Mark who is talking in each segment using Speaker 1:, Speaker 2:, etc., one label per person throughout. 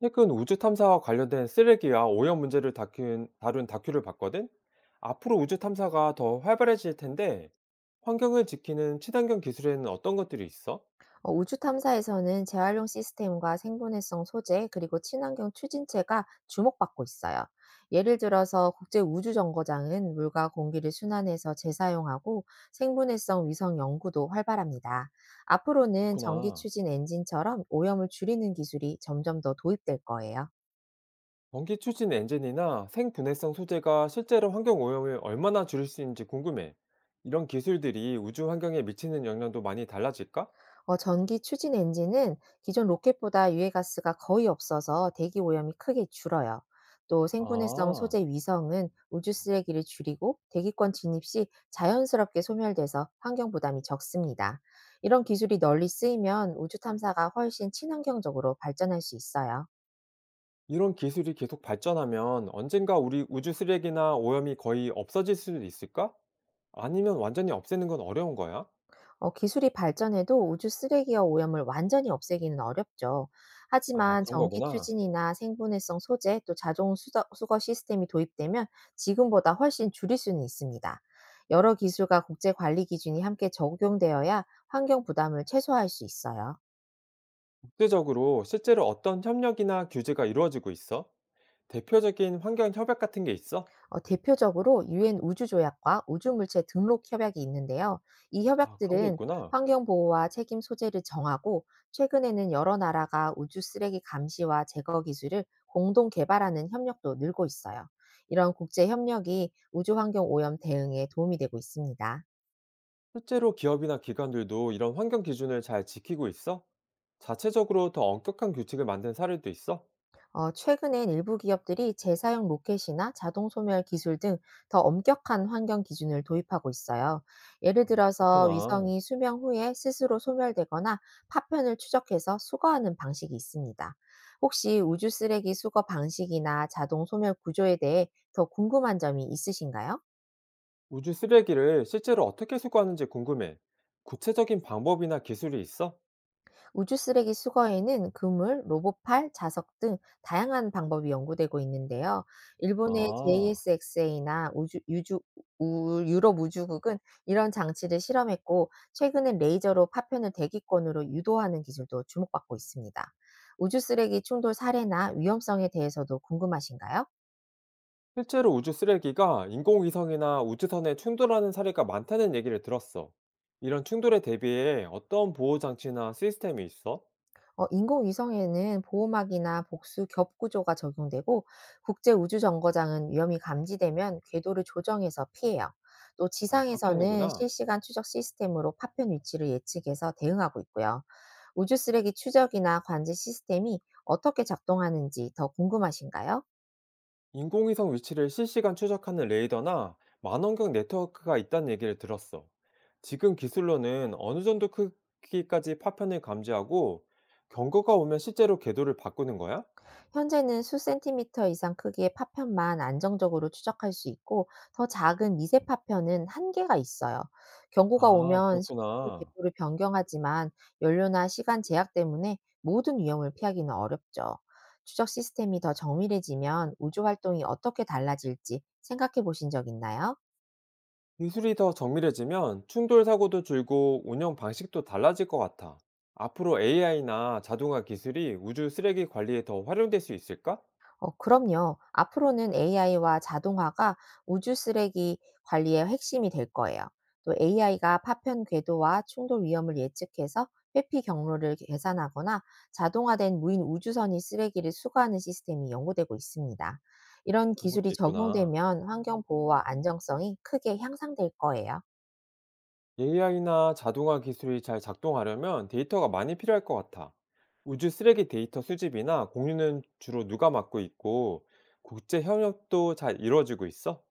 Speaker 1: 최근 우주 탐사와 관련된 쓰레기와 오염 문제를 다큐, 다룬 다큐를 봤거든? 앞으로 우주 탐사가 더 활발해질 텐데, 환경을 지키는 친환경 기술에는 어떤 것들이 있어?
Speaker 2: 우주 탐사에서는 재활용 시스템과 생분해성 소재, 그리고 친환경 추진체가 주목받고 있어요. 예를 들어서 국제 우주 정거장은 물과 공기를 순환해서 재사용하고 생분해성 위성 연구도 활발합니다. 앞으로는 전기
Speaker 1: 그렇구나.
Speaker 2: 추진 엔진처럼 오염을 줄이는 기술이 점점 더 도입될 거예요.
Speaker 1: 전기 추진 엔진이나 생분해성 소재가 실제로 환경 오염을 얼마나 줄일 수 있는지 궁금해. 이런 기술들이 우주 환경에 미치는 영향도 많이 달라질까?
Speaker 2: 전기 추진 엔진은 기존 로켓보다 유해가스가 거의 없어서 대기 오염이 크게 줄어요. 또 생분해성
Speaker 1: 아.
Speaker 2: 소재 위성은 우주 쓰레기를 줄이고 대기권 진입 시 자연스럽게 소멸돼서 환경 부담이 적습니다. 이런 기술이 널리 쓰이면 우주 탐사가 훨씬 친환경적으로 발전할 수 있어요.
Speaker 1: 이런 기술이 계속 발전하면 언젠가 우리 우주 쓰레기나 오염이 거의 없어질 수도 있을까? 아니면 완전히 없애는 건 어려운 거야?
Speaker 2: 기술이 발전해도 우주 쓰레기와 오염을 완전히 없애기는 어렵죠.
Speaker 1: 아,
Speaker 2: 하지만
Speaker 1: 그런
Speaker 2: 전기
Speaker 1: 거구나.
Speaker 2: 추진이나 생분해성 소재 또 자동 수거 시스템이 도입되면 지금보다 훨씬 줄일 수는 있습니다. 여러 기술과 국제 관리 기준이 함께 적용되어야 환경 부담을 최소화할 수 있어요.
Speaker 1: 국제적으로 실제로 어떤 협력이나 규제가 이루어지고 있어? 대표적인 환경 협약 같은 게 있어?
Speaker 2: 대표적으로 유엔 우주조약과 우주물체 등록 협약이 있는데요. 이
Speaker 1: 아, 그런 게
Speaker 2: 협약들은
Speaker 1: 있구나.
Speaker 2: 환경 보호와 책임 소재를 정하고 최근에는 여러 나라가 우주 쓰레기 감시와 제거 기술을 공동 개발하는 협력도 늘고 있어요. 이런 국제 협력이 우주 환경 오염 대응에 도움이 되고 있습니다.
Speaker 1: 실제로 기업이나 기관들도 이런 환경 기준을 잘 지키고 있어? 자체적으로 더 엄격한 규칙을 만든 사례도 있어?
Speaker 2: 최근엔 일부 기업들이 재사용 로켓이나 자동 소멸 기술 등 더 엄격한 환경 기준을 도입하고 있어요. 예를 들어서
Speaker 1: 그렇구나.
Speaker 2: 위성이 수명 후에 스스로 소멸되거나 파편을 추적해서 수거하는 방식이 있습니다. 혹시 우주 쓰레기 수거 방식이나 자동 소멸 구조에 대해 더 궁금한 점이 있으신가요?
Speaker 1: 우주 쓰레기를 실제로 어떻게 수거하는지 궁금해. 구체적인 방법이나 기술이 있어?
Speaker 2: 우주 쓰레기 수거에는 그물, 로봇팔, 자석 등 다양한 방법이 연구되고 있는데요. 일본의
Speaker 1: 아.
Speaker 2: JSXA나 유럽 우주국은 이런 장치를 실험했고, 최근엔 레이저로 파편을 대기권으로 유도하는 기술도 주목받고 있습니다. 우주 쓰레기 충돌 사례나 위험성에 대해서도 궁금하신가요?
Speaker 1: 실제로 우주 쓰레기가 인공위성이나 우주선에 충돌하는 사례가 많다는 얘기를 들었어. 이런 충돌에 대비해 어떤 보호 장치나 시스템이 있어?
Speaker 2: 인공위성에는 보호막이나 복수 겹 구조가 적용되고 국제우주정거장은 위험이 감지되면 궤도를 조정해서 피해요. 또
Speaker 1: 아, 그렇게
Speaker 2: 지상에서는
Speaker 1: 하는구나.
Speaker 2: 실시간 추적 시스템으로 파편 위치를 예측해서 대응하고 있고요. 우주 쓰레기 추적이나 관제 시스템이 어떻게 작동하는지 더 궁금하신가요?
Speaker 1: 인공위성 위치를 실시간 추적하는 레이더나 만원경 네트워크가 있다는 얘기를 들었어. 지금 기술로는 어느 정도 크기까지 파편을 감지하고 경고가 오면 실제로 궤도를 바꾸는 거야?
Speaker 2: 현재는 수 센티미터 이상 크기의 파편만 안정적으로 추적할 수 있고 더 작은 미세 파편은 한계가 있어요. 경고가
Speaker 1: 아,
Speaker 2: 오면 실제로
Speaker 1: 그렇구나.
Speaker 2: 궤도를 변경하지만 연료나 시간 제약 때문에 모든 위험을 피하기는 어렵죠. 추적 시스템이 더 정밀해지면 우주 활동이 어떻게 달라질지 생각해 보신 적 있나요?
Speaker 1: 기술이 더 정밀해지면 충돌 사고도 줄고 운영 방식도 달라질 것 같아. 앞으로 AI나 자동화 기술이 우주 쓰레기 관리에 더 활용될 수 있을까?
Speaker 2: 그럼요. 앞으로는 AI와 자동화가 우주 쓰레기 관리의 핵심이 될 거예요. 또 AI가 파편 궤도와 충돌 위험을 예측해서 회피 경로를 계산하거나 자동화된 무인 우주선이 쓰레기를 수거하는 시스템이 연구되고 있습니다. 이런
Speaker 1: 그런 것도
Speaker 2: 기술이
Speaker 1: 있구나.
Speaker 2: 적용되면 환경 보호와 안정성이 크게 향상될 거예요.
Speaker 1: AI나 자동화 기술이 잘 작동하려면 데이터가 많이 필요할 것 같아. 우주 쓰레기 데이터 수집이나 공유는 주로 누가 맡고 있고, 국제 협력도 잘 이루어지고 있어?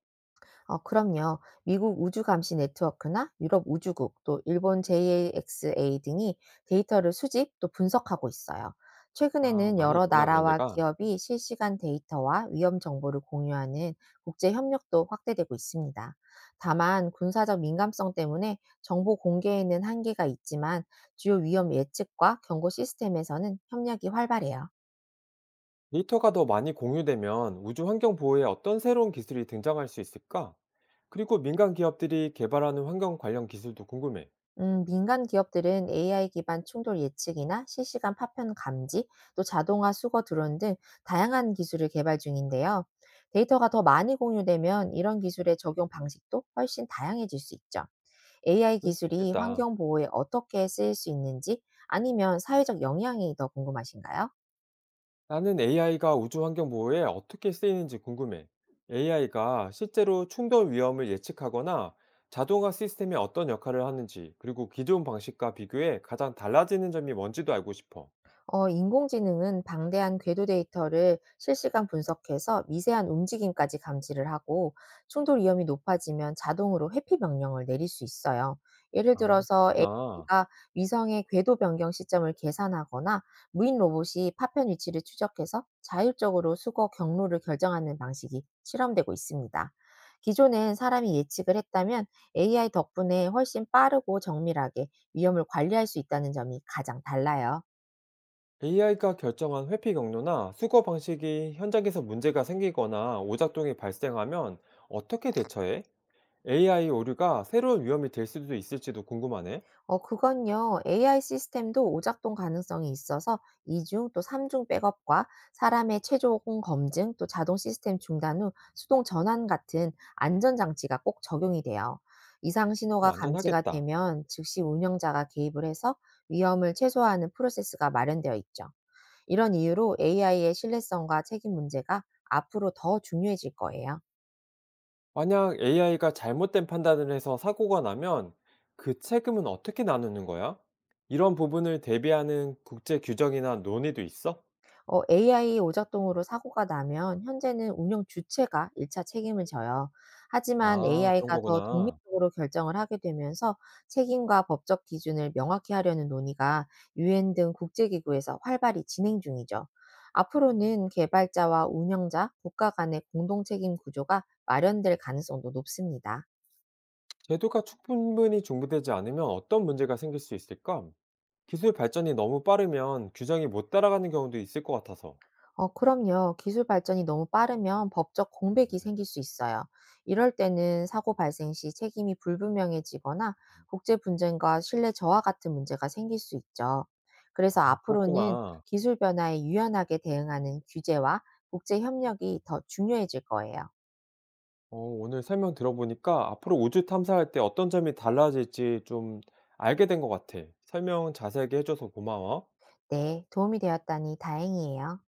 Speaker 2: 그럼요. 미국 우주감시 네트워크나 유럽 우주국, 또 일본 JAXA 등이 데이터를 수집 또 분석하고 있어요.
Speaker 1: 아,
Speaker 2: 최근에는
Speaker 1: 많이
Speaker 2: 여러
Speaker 1: 있구나, 그런
Speaker 2: 나라와
Speaker 1: 데가.
Speaker 2: 기업이 실시간 데이터와 위험 정보를 공유하는 국제 협력도 확대되고 있습니다. 다만 군사적 민감성 때문에 정보 공개에는 한계가 있지만 주요 위험 예측과 경고 시스템에서는 협력이 활발해요.
Speaker 1: 데이터가 더 많이 공유되면 우주 환경 보호에 어떤 새로운 기술이 등장할 수 있을까? 그리고 민간 기업들이 개발하는 환경 관련 기술도 궁금해.
Speaker 2: 민간 기업들은 AI 기반 충돌 예측이나 실시간 파편 감지, 또 자동화 수거 드론 등 다양한 기술을 개발 중인데요. 데이터가 더 많이 공유되면 이런 기술의 적용 방식도 훨씬 다양해질 수 있죠. AI
Speaker 1: 그럴 수
Speaker 2: 기술이
Speaker 1: 있겠다.
Speaker 2: 환경 보호에 어떻게 쓰일 수 있는지 아니면 사회적 영향이 더 궁금하신가요?
Speaker 1: 나는 AI가 우주 환경 보호에 어떻게 쓰이는지 궁금해. AI가 실제로 충돌 위험을 예측하거나 자동화 시스템에 어떤 역할을 하는지, 그리고 기존 방식과 비교해 가장 달라지는 점이 뭔지도 알고 싶어.
Speaker 2: 인공지능은 방대한 궤도 데이터를 실시간 분석해서 미세한 움직임까지 감지를 하고 충돌 위험이 높아지면 자동으로 회피 명령을 내릴 수 있어요. 예를
Speaker 1: 아,
Speaker 2: 들어서
Speaker 1: 그렇구나.
Speaker 2: AI가 위성의 궤도 변경 시점을 계산하거나 무인 로봇이 파편 위치를 추적해서 자율적으로 수거 경로를 결정하는 방식이 실험되고 있습니다. 기존엔 사람이 예측을 했다면 AI 덕분에 훨씬 빠르고 정밀하게 위험을 관리할 수 있다는 점이 가장 달라요.
Speaker 1: AI가 결정한 회피 경로나 수거 방식이 현장에서 문제가 생기거나 오작동이 발생하면 어떻게 대처해? AI 오류가 새로운 위험이 될 수도 있을지도 궁금하네.
Speaker 2: 그건요. AI 시스템도 오작동 가능성이 있어서 2중 또 3중 백업과 사람의 최종 검증 또 자동 시스템 중단 후 수동 전환 같은 안전 장치가 꼭 적용이 돼요. 이상
Speaker 1: 좀
Speaker 2: 신호가 감지가
Speaker 1: 안전하겠다.
Speaker 2: 되면 즉시 운영자가 개입을 해서 위험을 최소화하는 프로세스가 마련되어 있죠. 이런 이유로 AI의 신뢰성과 책임 문제가 앞으로 더 중요해질 거예요.
Speaker 1: 만약 AI가 잘못된 판단을 해서 사고가 나면 그 책임은 어떻게 나누는 거야? 이런 부분을 대비하는 국제 규정이나 논의도 있어?
Speaker 2: AI 오작동으로 사고가 나면 현재는 운영 주체가 일차 책임을 져요. 하지만
Speaker 1: 아, 그런
Speaker 2: AI가 더
Speaker 1: 거구나.
Speaker 2: 독립적으로 결정을 하게 되면서 책임과 법적 기준을 명확히 하려는 논의가 유엔 등 국제기구에서 활발히 진행 중이죠. 앞으로는 개발자와 운영자, 국가 간의 공동 책임 구조가 마련될 가능성도 높습니다.
Speaker 1: 제도가 충분히 중부되지 않으면 어떤 문제가 생길 수 있을까? 기술 발전이 너무 빠르면 규정이 못 따라가는 경우도 있을 것 같아서.
Speaker 2: 그럼요. 기술 발전이 너무 빠르면 법적 공백이 생길 수 있어요. 이럴 때는 사고 발생 시 책임이 불분명해지거나 국제 분쟁과 신뢰 저하 같은 문제가 생길 수 있죠. 그래서
Speaker 1: 아,
Speaker 2: 앞으로는
Speaker 1: 그렇구나.
Speaker 2: 기술 변화에 유연하게 대응하는 규제와 국제 협력이 더 중요해질 거예요.
Speaker 1: 어, 오늘 설명 들어보니까 앞으로 우주 탐사할 때 어떤 점이 달라질지 좀 알게 된 것 같아. 설명 자세하게 해줘서 고마워.
Speaker 2: 네, 도움이 되었다니 다행이에요.